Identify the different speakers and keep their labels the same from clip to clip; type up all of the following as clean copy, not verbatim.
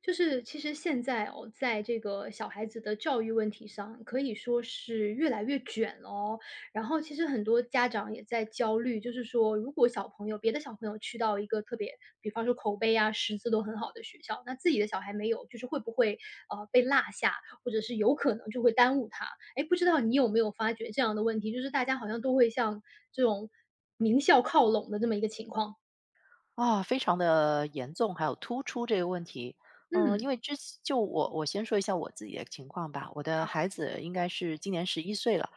Speaker 1: 就是其实现在哦，在这个小孩子的教育问题上，可以说是越来越卷了哦。然后其实很多家长也在焦虑，就是说，如果小朋友别的小朋友去到一个特别，比方说口碑啊、识字都很好的学校，那自己的小孩没有，就是会不会被落下，或者是有可能就会耽误他？哎，不知道你有没有发觉这样的问题？就是大家好像都会向这种名校靠拢的这么一个情况。
Speaker 2: 啊，非常的严重，还有突出这个问题。嗯，因
Speaker 1: 嗯，
Speaker 2: 为之前就我先说一下我自己的情况吧。我的
Speaker 1: 好，
Speaker 2: 孩子应该是今年11岁了，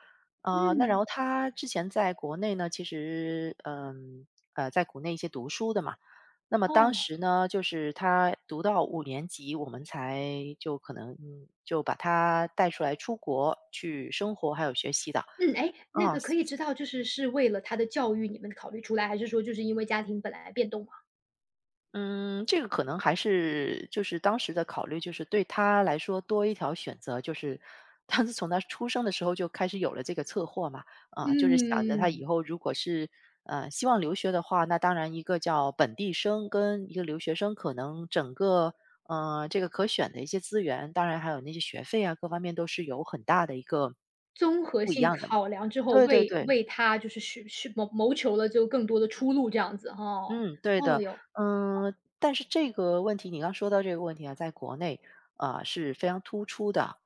Speaker 2: 啊，那然后
Speaker 1: 嗯，
Speaker 2: 他之前在国内呢，其实在国内一些读书的嘛。那么当
Speaker 1: 哦。
Speaker 2: 时呢，就是他读到5年级，我们才就可能就把他带出来出国去生活还有学习的。
Speaker 1: 嗯，哎，那
Speaker 2: 啊，
Speaker 1: 个可以知道就是是为了他的教育你们考虑出来，还是说就是因为家庭本来变动嘛？
Speaker 2: 嗯，这个可能还是就是当时的考虑，就是对他来说多一条选择，就是他是从他出生的时候就开始有了这个策划嘛，啊，就是想着他以
Speaker 1: 嗯。
Speaker 2: 后如果是希望留学的话，那当然一个叫本地生跟一个留学生，可能整个这个可选的一些资源，当然还有那些学费啊，各方面都是有很大的一个
Speaker 1: 综合
Speaker 2: 不一
Speaker 1: 性
Speaker 2: 样的嘛。
Speaker 1: 考量之后，
Speaker 2: 对对
Speaker 1: 为
Speaker 2: 对，
Speaker 1: 为他就是去谋求了就更多的出路这样子，哈。哦
Speaker 2: 嗯，对
Speaker 1: 哦
Speaker 2: 的，
Speaker 1: 哟，
Speaker 2: 嗯，但是这个问题，你刚说到这个问题啊，在国内是非常突出的，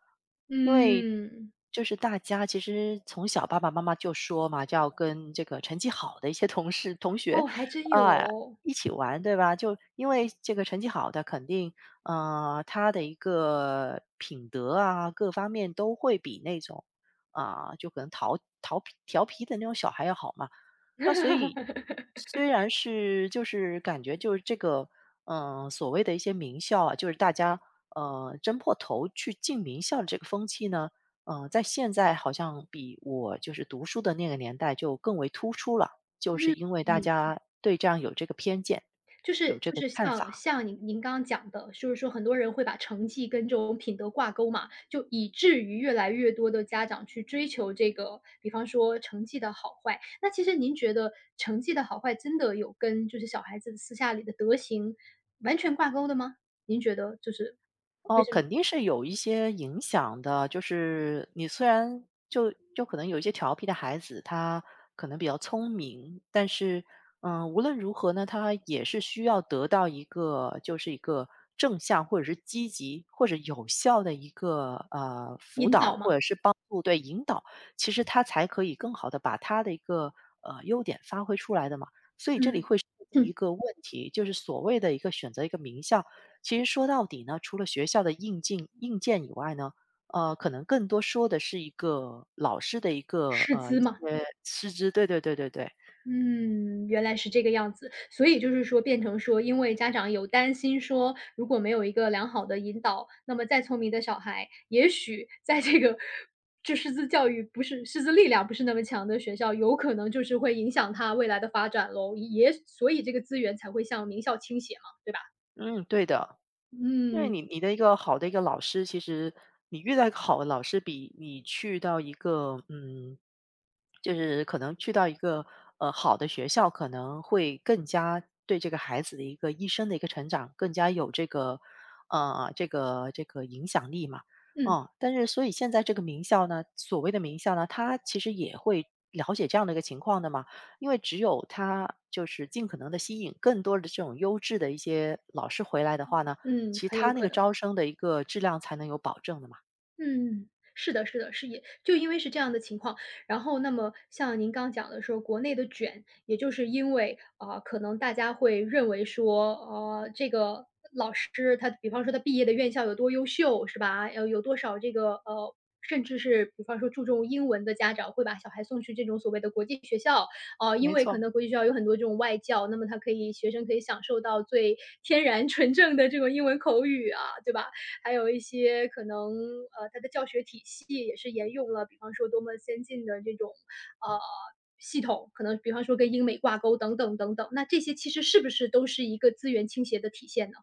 Speaker 2: 因为
Speaker 1: 嗯，
Speaker 2: 就是大家其实从小爸爸妈妈就说嘛，就要跟这个成绩好的一些同事同学
Speaker 1: 哦，还真有
Speaker 2: 啊、
Speaker 1: 哦。
Speaker 2: 一起玩，对吧？就因为这个成绩好的，肯定他的一个品德啊各方面都会比那种就可能淘淘皮调皮的那种小孩要好嘛。那所以 虽然是就是感觉就是这个，所谓的一些名校啊，就是大家争破头去进名校的这个风气呢，在现在好像比我就是读书的那个年代就更为突出了，就是
Speaker 1: 嗯，
Speaker 2: 因为大
Speaker 1: 嗯。
Speaker 2: 家对这样有这个偏见，
Speaker 1: 就
Speaker 2: 有
Speaker 1: 是
Speaker 2: 这
Speaker 1: 就
Speaker 2: 个
Speaker 1: 是
Speaker 2: 看
Speaker 1: 像
Speaker 2: 法。
Speaker 1: 像您刚刚讲的，就是说很多人会把成绩跟这种品德挂钩嘛，就以至于越来越多的家长去追求这个，比方说成绩的好坏。那其实您觉得成绩的好坏真的有跟就是小孩子私下里的德行完全挂钩的吗？您觉得就是
Speaker 2: 哦，肯定是有一些影响的。就是你虽然就可能有一些调皮的孩子，他可能比较聪明，但是，无论如何呢，他也是需要得到一个就是一个正向或者是积极或者有效的一个辅
Speaker 1: 引
Speaker 2: 导
Speaker 1: 导吗？
Speaker 2: 或者是帮助对引导，其实他才可以更好的把他的一个优点发挥出来的嘛。所以这里
Speaker 1: 嗯，
Speaker 2: 会涉及一
Speaker 1: 嗯，
Speaker 2: 个问题，就是所谓的一个选择一个名校。其实说到底呢，除了学校的硬件以外呢，可能更多说的是一个老师的一个
Speaker 1: 师资
Speaker 2: 一
Speaker 1: 吗？
Speaker 2: 些师资，对对对对对，
Speaker 1: 嗯，原来是这个样子。所以就是说变成说，因为家长有担心说，如果没有一个良好的引导，那么再聪明的小孩，也许在这个就师资教育不是师资力量不是那么强的学校，有可能就是会影响他未来的发展咯，也所以这个资源才会向名校倾斜嘛，对吧？
Speaker 2: 嗯，对的。因为
Speaker 1: 嗯，
Speaker 2: 你的一个好的一个老师，其实你遇到一个好的老师，比你去到一个就是可能去到一个好的学校，可能会更加对这个孩子的一个一生的一个成长更加有这个影响力嘛。
Speaker 1: 嗯，
Speaker 2: 嗯，但是所以现在这个名校呢，所谓的名校呢，它其实也会了解这样的一个情况的嘛。因为只有它就是尽可能的吸引更多的这种优质的一些老师回来的话呢。
Speaker 1: 嗯，
Speaker 2: 其
Speaker 1: 很有
Speaker 2: 他那
Speaker 1: 可
Speaker 2: 个
Speaker 1: 能。
Speaker 2: 招生的一个质量才能有保证的嘛。
Speaker 1: 嗯，是的，是的，是也就因为是这样的情况，然后那么像您刚讲的说，国内的卷，也就是因为，啊，可能大家会认为说，呃，这个是他比方说他毕业的院校有多优秀，是吧？呃，有多少这个呃，甚至是比方说注重英文的家长会把小孩送去这种所谓的国际学校，啊，因
Speaker 2: 没
Speaker 1: 为可
Speaker 2: 错，
Speaker 1: 能国际学校有很多这种外教，那么他可以学生可以享受到最天然纯正的这种英文口语啊，对吧？还有一些可能，他的教学体系也是沿用了，比方说多么先进的这种呃。系统可能，比方说跟英美挂钩等等等等，那这些其实是不是都是一个资源倾斜的体现呢？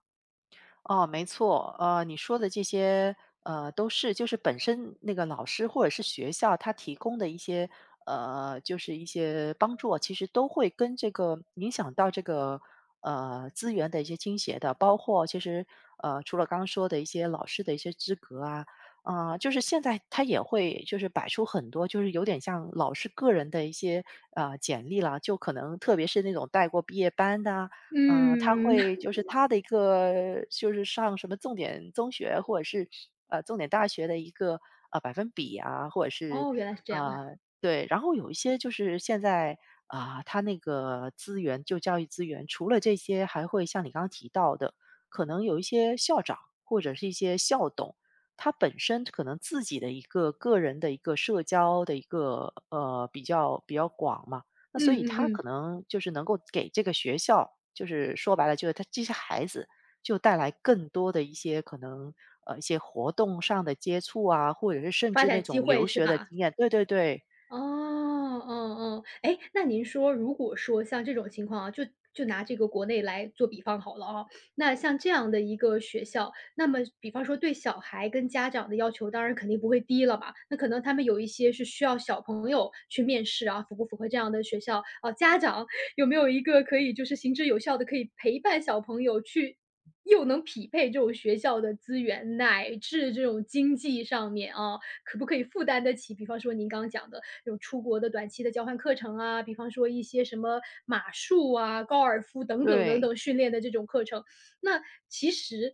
Speaker 2: 哦，没错，你说的这些，都是就是本身那个老师或者是学校他提供的一些，就是一些帮助啊其实都会跟这个影响到这个资源的一些倾斜的，包括其实除了刚刚说的一些老师的一些资格啊，就是现在他也会就是摆出很多，就是有点像老师个人的一些简历啦，就可能特别是那种带过毕业班的啊，他
Speaker 1: 嗯，
Speaker 2: 会就是他的一个就是上什么重点中学或者是重点大学的一个百分比啊，或者是
Speaker 1: 哦，原来是这样，
Speaker 2: 对，然后有一些就是现在啊，他那个资源就教育资源，除了这些，还会像你刚刚提到的，可能有一些校长或者是一些校董。他本身可能自己的一个个人的一个社交的一个比较广嘛，那
Speaker 1: 嗯
Speaker 2: 所以
Speaker 1: 嗯
Speaker 2: 他可
Speaker 1: 嗯，
Speaker 2: 能就是能够给这个学校，就是说白了，就是他这些孩子就带来更多的一些可能，一些活动上的接触啊，或者是甚
Speaker 1: 发
Speaker 2: 至
Speaker 1: 展
Speaker 2: 那
Speaker 1: 机
Speaker 2: 种留
Speaker 1: 会是
Speaker 2: 学的
Speaker 1: 吧？
Speaker 2: 经验。对对对，
Speaker 1: 哦，哦哦。哎，那您说如果说像这种情况啊，就就拿这个国内来做比方好了啊，那像这样的一个学校，那么比方说对小孩跟家长的要求当然肯定不会低了吧，那可能他们有一些是需要小朋友去面试啊，符不符合这样的学校，啊，家长有没有一个可以就是行之有效的可以陪伴小朋友去又能匹配这种学校的资源，乃至这种经济上面啊，可不可以负担得起，比方说您刚刚讲的有出国的短期的交换课程啊，比方说一些什么马术啊、高尔夫等等等
Speaker 2: 对，
Speaker 1: 等训练的这种课程。那其实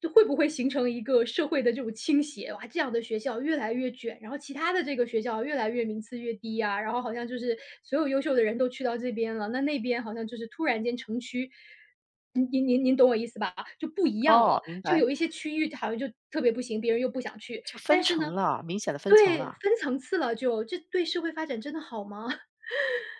Speaker 1: 就会不会形成一个社会的这种倾斜？哇，这样的学校越来越卷，然后其他的这个学校越来越名次越低啊，然后好像就是所有优秀的人都去到这边了，那那边好像就是突然间城区您懂我意思吧？就不一样了，
Speaker 2: 哦，明
Speaker 1: 就
Speaker 2: 白，
Speaker 1: 有一些区域好像就特别不行，别人又不想去，
Speaker 2: 就分
Speaker 1: 但是呢
Speaker 2: 层了，明显的分层
Speaker 1: 对，
Speaker 2: 了。
Speaker 1: 分层次了就，这对社会发展真的好吗？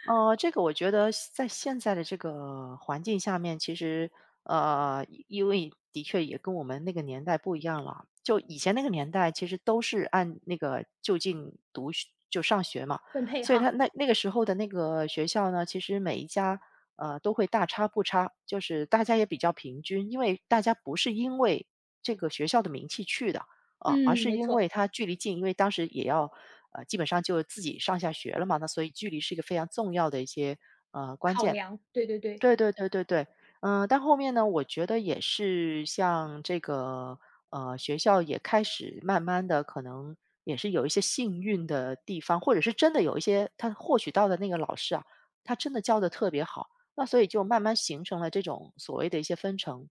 Speaker 2: 这个我觉得现在的这个环境下面，其实因为的确也跟我们那个年代不一样了。就以前那个年代，其实都是按那个就近读学就上学嘛，
Speaker 1: 分配
Speaker 2: 所以
Speaker 1: 哈，
Speaker 2: 他那个时候的那个学校呢，其实每一家都会大差不差，就是大家也比较平均，因为大家不是因为这个学校的名气去的，啊，而
Speaker 1: 嗯，
Speaker 2: 是
Speaker 1: 没
Speaker 2: 因
Speaker 1: 错，
Speaker 2: 为它距离近，因为当时也要基本上就自己上下学了嘛，那所以距离是一个非常重要的一些关
Speaker 1: 考
Speaker 2: 键。
Speaker 1: 量，对对对，
Speaker 2: 对对对对对，但后面呢，我觉得也是像这个学校也开始慢慢的可能也是有一些幸运的地方，或者是真的有一些他获取到的那个老师啊，他真的教的特别好，那所以就慢慢形成了这种所谓的一些分成。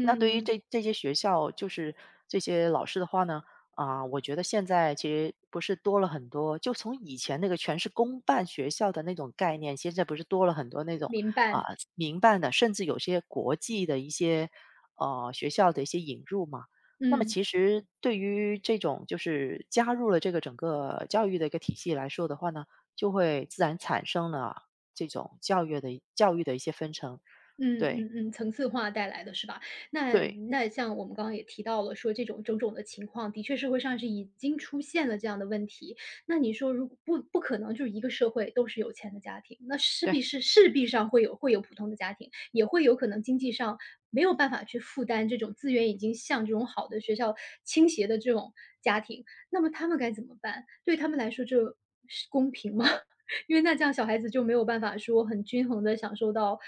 Speaker 2: 那对于这些学校，就是这些老师的话呢，我觉得现在其实不是多了很多，就从以前那个全是公办学校的那种概念，现在不是多了很多那种
Speaker 1: 明
Speaker 2: 啊、
Speaker 1: 白，
Speaker 2: 民办的，甚至有些国际的一些学校的一些引入嘛。那么
Speaker 1: 嗯。
Speaker 2: 其实对于这种就是加入了这个整个教育的一个体系来说的话呢，就会自然产生了这种教育的一些分成，
Speaker 1: 嗯
Speaker 2: 对
Speaker 1: 嗯嗯，层次化带来的是吧？
Speaker 2: 对
Speaker 1: 那
Speaker 2: 对。
Speaker 1: 那像我们刚刚也提到了说，这种种种的情况，的确社会上是已经出现了这样的问题。那你说，如果不可能，就是一个社会都是有钱的家庭，那势必是势必上会有普通的家庭，也会有可能经济上没有办法去负担这种资源已经向这种好的学校倾斜的这种家庭，那么他们该怎么办？对他们来说，这是公平吗？因为那这样小孩子就没有办法说很均衡的享受到，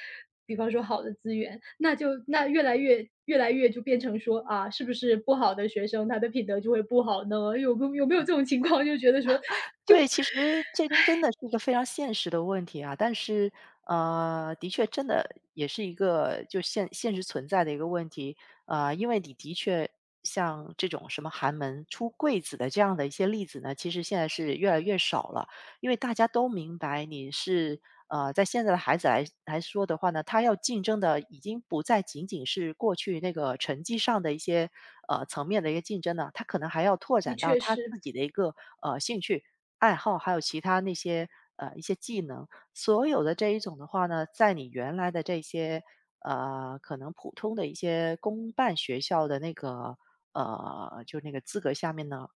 Speaker 1: 比方说好的资源，那就那越来越就变成说，啊，是不是不好的学生，他的品德就会不好呢？有没有这种情况？就觉得说
Speaker 2: 对，
Speaker 1: 就
Speaker 2: 其实这真的是一个非常现实的问题啊，但是，的确真的也是一个就现实存在的一个问题啊，因为你的确像这种什么寒门出贵子的这样的一些例子呢，其实现在是越来越少了，因为大家都明白你是在现在的孩子来说的话呢，他要竞争的已经不再仅仅是过去那个成绩上的一些层面的一个竞争了，他可能还要拓
Speaker 1: 你
Speaker 2: 展到
Speaker 1: 确
Speaker 2: 他
Speaker 1: 实
Speaker 2: 自己的一个兴趣。爱好，还有其他那些一些技能，所有的这一种的话呢，在你原来的这些可能普通的一些公办学校的那个就那个资格下面呢，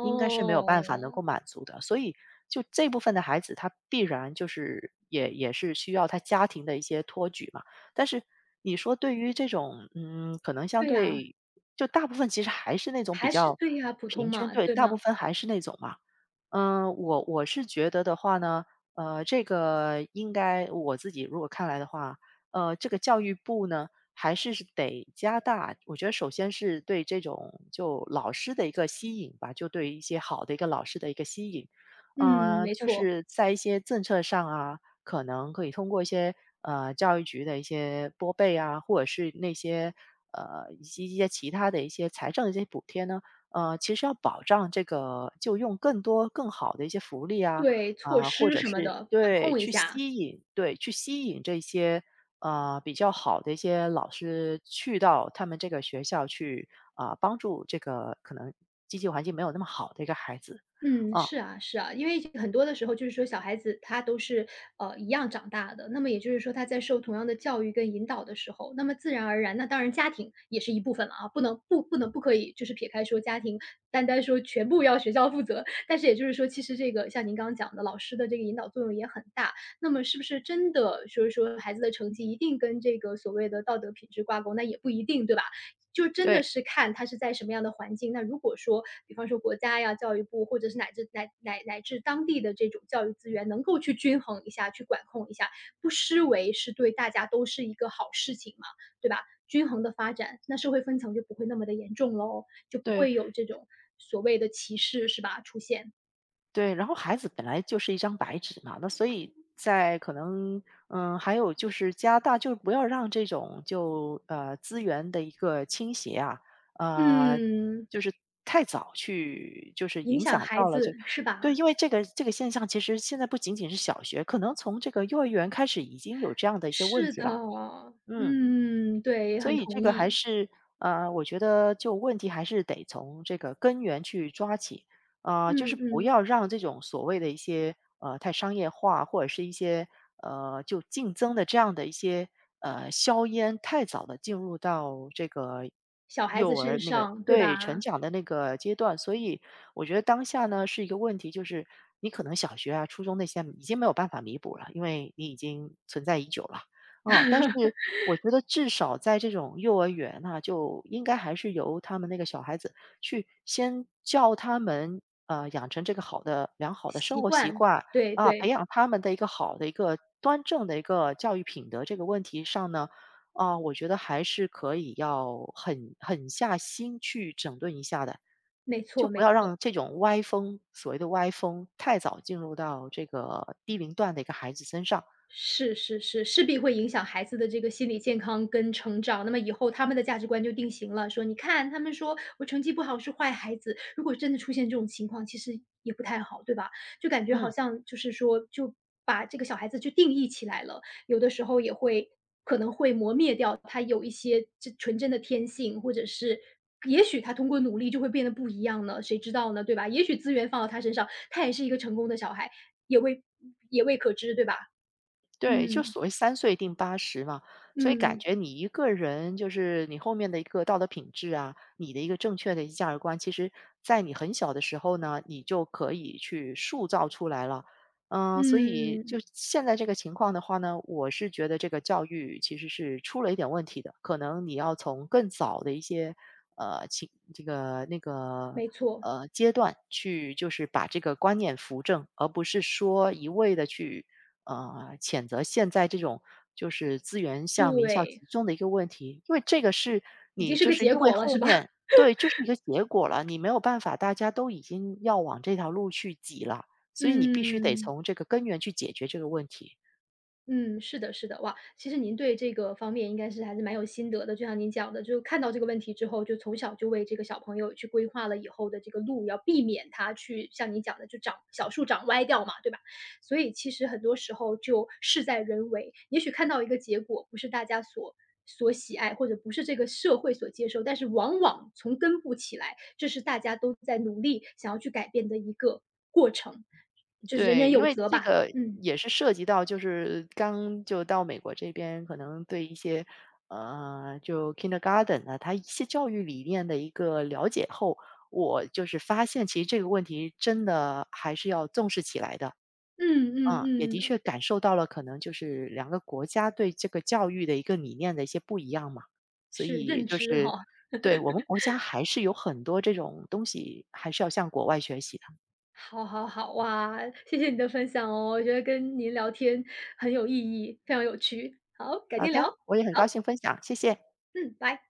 Speaker 2: 应该是没有办法能够满足的。所以就这部分的孩子，他必然就是也是需要他家庭的一些托举嘛。但是你说对于这种可能相
Speaker 1: 对呀，
Speaker 2: 对就大部分其实还是那种比
Speaker 1: 还是
Speaker 2: 较
Speaker 1: 对呀，普通
Speaker 2: 平均，
Speaker 1: 嘛，
Speaker 2: 对，
Speaker 1: 对
Speaker 2: 大
Speaker 1: 吗？
Speaker 2: 部分还是那种嘛。嗯，我是觉得的话呢，这个应该我自己如果看来的话，这个教育部呢还是得加大，我觉得首先是对这种就老师的一个吸引吧，就对一些好的一个老师的一个吸引，
Speaker 1: 嗯，没
Speaker 2: 就
Speaker 1: 错，
Speaker 2: 是在一些政策上啊，可能可以通过一些教育局的一些拨备啊，或者是那些以及一些其他的一些财政的一些补贴呢。其实要保障这个就用更多更好的一些福利啊，
Speaker 1: 对，措
Speaker 2: 啊，或
Speaker 1: 施
Speaker 2: 者
Speaker 1: 什么
Speaker 2: 是
Speaker 1: 的管
Speaker 2: 对，
Speaker 1: 控一
Speaker 2: 去
Speaker 1: 下。
Speaker 2: 吸引对，去吸引这些，比较好的一些老师去到他们这个学校去，啊，帮助这个可能经济环境没有那么好的一个孩子，
Speaker 1: 嗯，
Speaker 2: 啊，
Speaker 1: 是啊，是啊，因为很多的时候就是说小孩子他都是一样长大的，那么也就是说他在受同样的教育跟引导的时候，那么自然而然，那当然家庭也是一部分了啊，不能不可以就是撇开说家庭，单单说全部要学校负责，但是也就是说，其实这个像您刚刚讲的，老师的这个引导作用也很大。那么是不是真的就是说孩子的成绩一定跟这个所谓的道德品质挂钩？那也不一定，对吧？就真的
Speaker 2: 对。
Speaker 1: 是看他是在什么样的环境。那如果说，比方说国家呀、教育部，或者是乃至当地的这种教育资源，能够去均衡一下、去管控一下，不失为是对大家都是一个好事情嘛，对吧？均衡的发展，那社会分层就不会那么的严重喽，就不
Speaker 2: 对。
Speaker 1: 会有这种所谓的歧视，是吧？出现，
Speaker 2: 对，然后孩子本来就是一张白纸嘛，那所以在可能，嗯，还有就是加大，就是不要让这种就资源的一个倾斜啊，呃，
Speaker 1: 嗯，
Speaker 2: 就是太早去就是
Speaker 1: 影
Speaker 2: 影
Speaker 1: 响
Speaker 2: 响
Speaker 1: 孩
Speaker 2: 到了这，
Speaker 1: 子是
Speaker 2: 对，
Speaker 1: 吧？
Speaker 2: 因为这个现象其实现在不仅仅是小学，可能从这个幼儿园开始已经有这样的一些问
Speaker 1: 是
Speaker 2: 题
Speaker 1: 的，
Speaker 2: 了，嗯。
Speaker 1: 嗯，对，
Speaker 2: 所
Speaker 1: 很
Speaker 2: 以这
Speaker 1: 同
Speaker 2: 个还
Speaker 1: 意，
Speaker 2: 是我觉得就问题还是得从这个根源去抓起，就是
Speaker 1: 嗯
Speaker 2: 不
Speaker 1: 嗯，
Speaker 2: 要让这种所谓的一些太商业化或者是一些就竞争的这样的一些硝烟太早的进入到这个
Speaker 1: 小孩
Speaker 2: 幼
Speaker 1: 子
Speaker 2: 儿
Speaker 1: 身
Speaker 2: 那个
Speaker 1: 上，对
Speaker 2: 对成
Speaker 1: 吧？
Speaker 2: 长的那个阶段。所以我觉得当下呢是一个问题，就是你可能小学啊、初中那些已经没有办法弥补了，因为你已经存在已久了。嗯，但是我觉得至少在这种幼儿园哈，就应该还是由他们那个小孩子去先教他们，养成这个好的良好的生
Speaker 1: 习
Speaker 2: 活习
Speaker 1: 惯，
Speaker 2: 惯，
Speaker 1: 对
Speaker 2: 啊，培
Speaker 1: 对，
Speaker 2: 养他们的一个好的一个端正的一个教育品德这个问题上呢，啊，我觉得还是可以要狠狠下心去整顿一下的，
Speaker 1: 没
Speaker 2: 就
Speaker 1: 错
Speaker 2: 不
Speaker 1: 没
Speaker 2: 要
Speaker 1: 错。
Speaker 2: 让这种歪风，所谓的歪风太早进入到这个低龄段的一个孩子身上。
Speaker 1: 是是是，势必会影响孩子的这个心理健康跟成长。那么以后他们的价值观就定型了，说你看他们说我成绩不好是坏孩子，如果真的出现这种情况，其实也不太好，对吧？就感觉好
Speaker 2: 嗯。
Speaker 1: 像就是说，就把这个小孩子就定义起来了，有的时候也会可能会磨灭掉他有一些这纯真的天性，或者是。也许他通过努力就会变得不一样呢，谁知道呢，对吧？也许资源放到他身上，他也是一个成功的小孩，也未也未可知，对吧？
Speaker 2: 对，就
Speaker 1: 嗯，
Speaker 2: 所谓“三岁定八十”嘛，所以感
Speaker 1: 嗯，
Speaker 2: 觉你一个人就是你后面的一个道德品质啊，你的一个正确的一个价值观，其实在你很小的时候呢，你就可以去塑造出来了。嗯，所以就
Speaker 1: 嗯，
Speaker 2: 现在这个情况的话呢，我是觉得这个教育其实是出了一点问题的，可能你要从更早的一些呃情这个那个
Speaker 1: 没错，
Speaker 2: 呃阶段去，就是把这个观念扶正，而不是说一味的去。谴责现在这种就是资源向名校
Speaker 1: 对，
Speaker 2: 集中的一个问题，因为这个是
Speaker 1: 已经
Speaker 2: 你
Speaker 1: 是
Speaker 2: 就
Speaker 1: 个
Speaker 2: 是
Speaker 1: 结
Speaker 2: 因为
Speaker 1: 果了
Speaker 2: 后
Speaker 1: 是吧？
Speaker 2: 面 对，就是一个结果了，你没有办法，大家都已经要往这条路去挤了，所以你必须得
Speaker 1: 嗯，
Speaker 2: 从这个根源去解决这个问题。
Speaker 1: 嗯，是的，是的，哇，其实您对这个方面应该是还是蛮有心得的。就像您讲的，就看到这个问题之后，就从小就为这个小朋友去规划了以后的这个路，要避免他去像你讲的，就长小树长歪掉嘛，对吧？所以其实很多时候就事在人为，也许看到一个结果不是大家所喜爱，或者不是这个社会所接受，但是往往从根部起来，这是大家都在努力想要去改变的一个过程，就是人
Speaker 2: 对，
Speaker 1: 人
Speaker 2: 因
Speaker 1: 有
Speaker 2: 为
Speaker 1: 责
Speaker 2: 这
Speaker 1: 吧。
Speaker 2: 个
Speaker 1: 嗯
Speaker 2: 也是涉及到，就是刚就到美国这边，可能对一些就 kindergarten 啊，它一些教育理念的一个了解后，我就是发现其实这个问题真的还是要重视起来的。
Speaker 1: 嗯
Speaker 2: 啊，也
Speaker 1: 嗯
Speaker 2: 的
Speaker 1: 嗯，
Speaker 2: 确感受到了，可能就是两个国家对这个教育的一个理念的一些不一样嘛，所
Speaker 1: 是
Speaker 2: 以
Speaker 1: 认
Speaker 2: 就
Speaker 1: 知
Speaker 2: 是
Speaker 1: 哈，
Speaker 2: 对我们国家还是有很多这种东西，还是要向国外学习的。
Speaker 1: 好好好，哇，谢谢你的分享哦，我觉得跟您聊天很有意义，非常有趣，好，改
Speaker 2: 好
Speaker 1: 天聊，
Speaker 2: 的，
Speaker 1: 好，
Speaker 2: 我也很高兴分享，谢谢。
Speaker 1: 嗯，拜。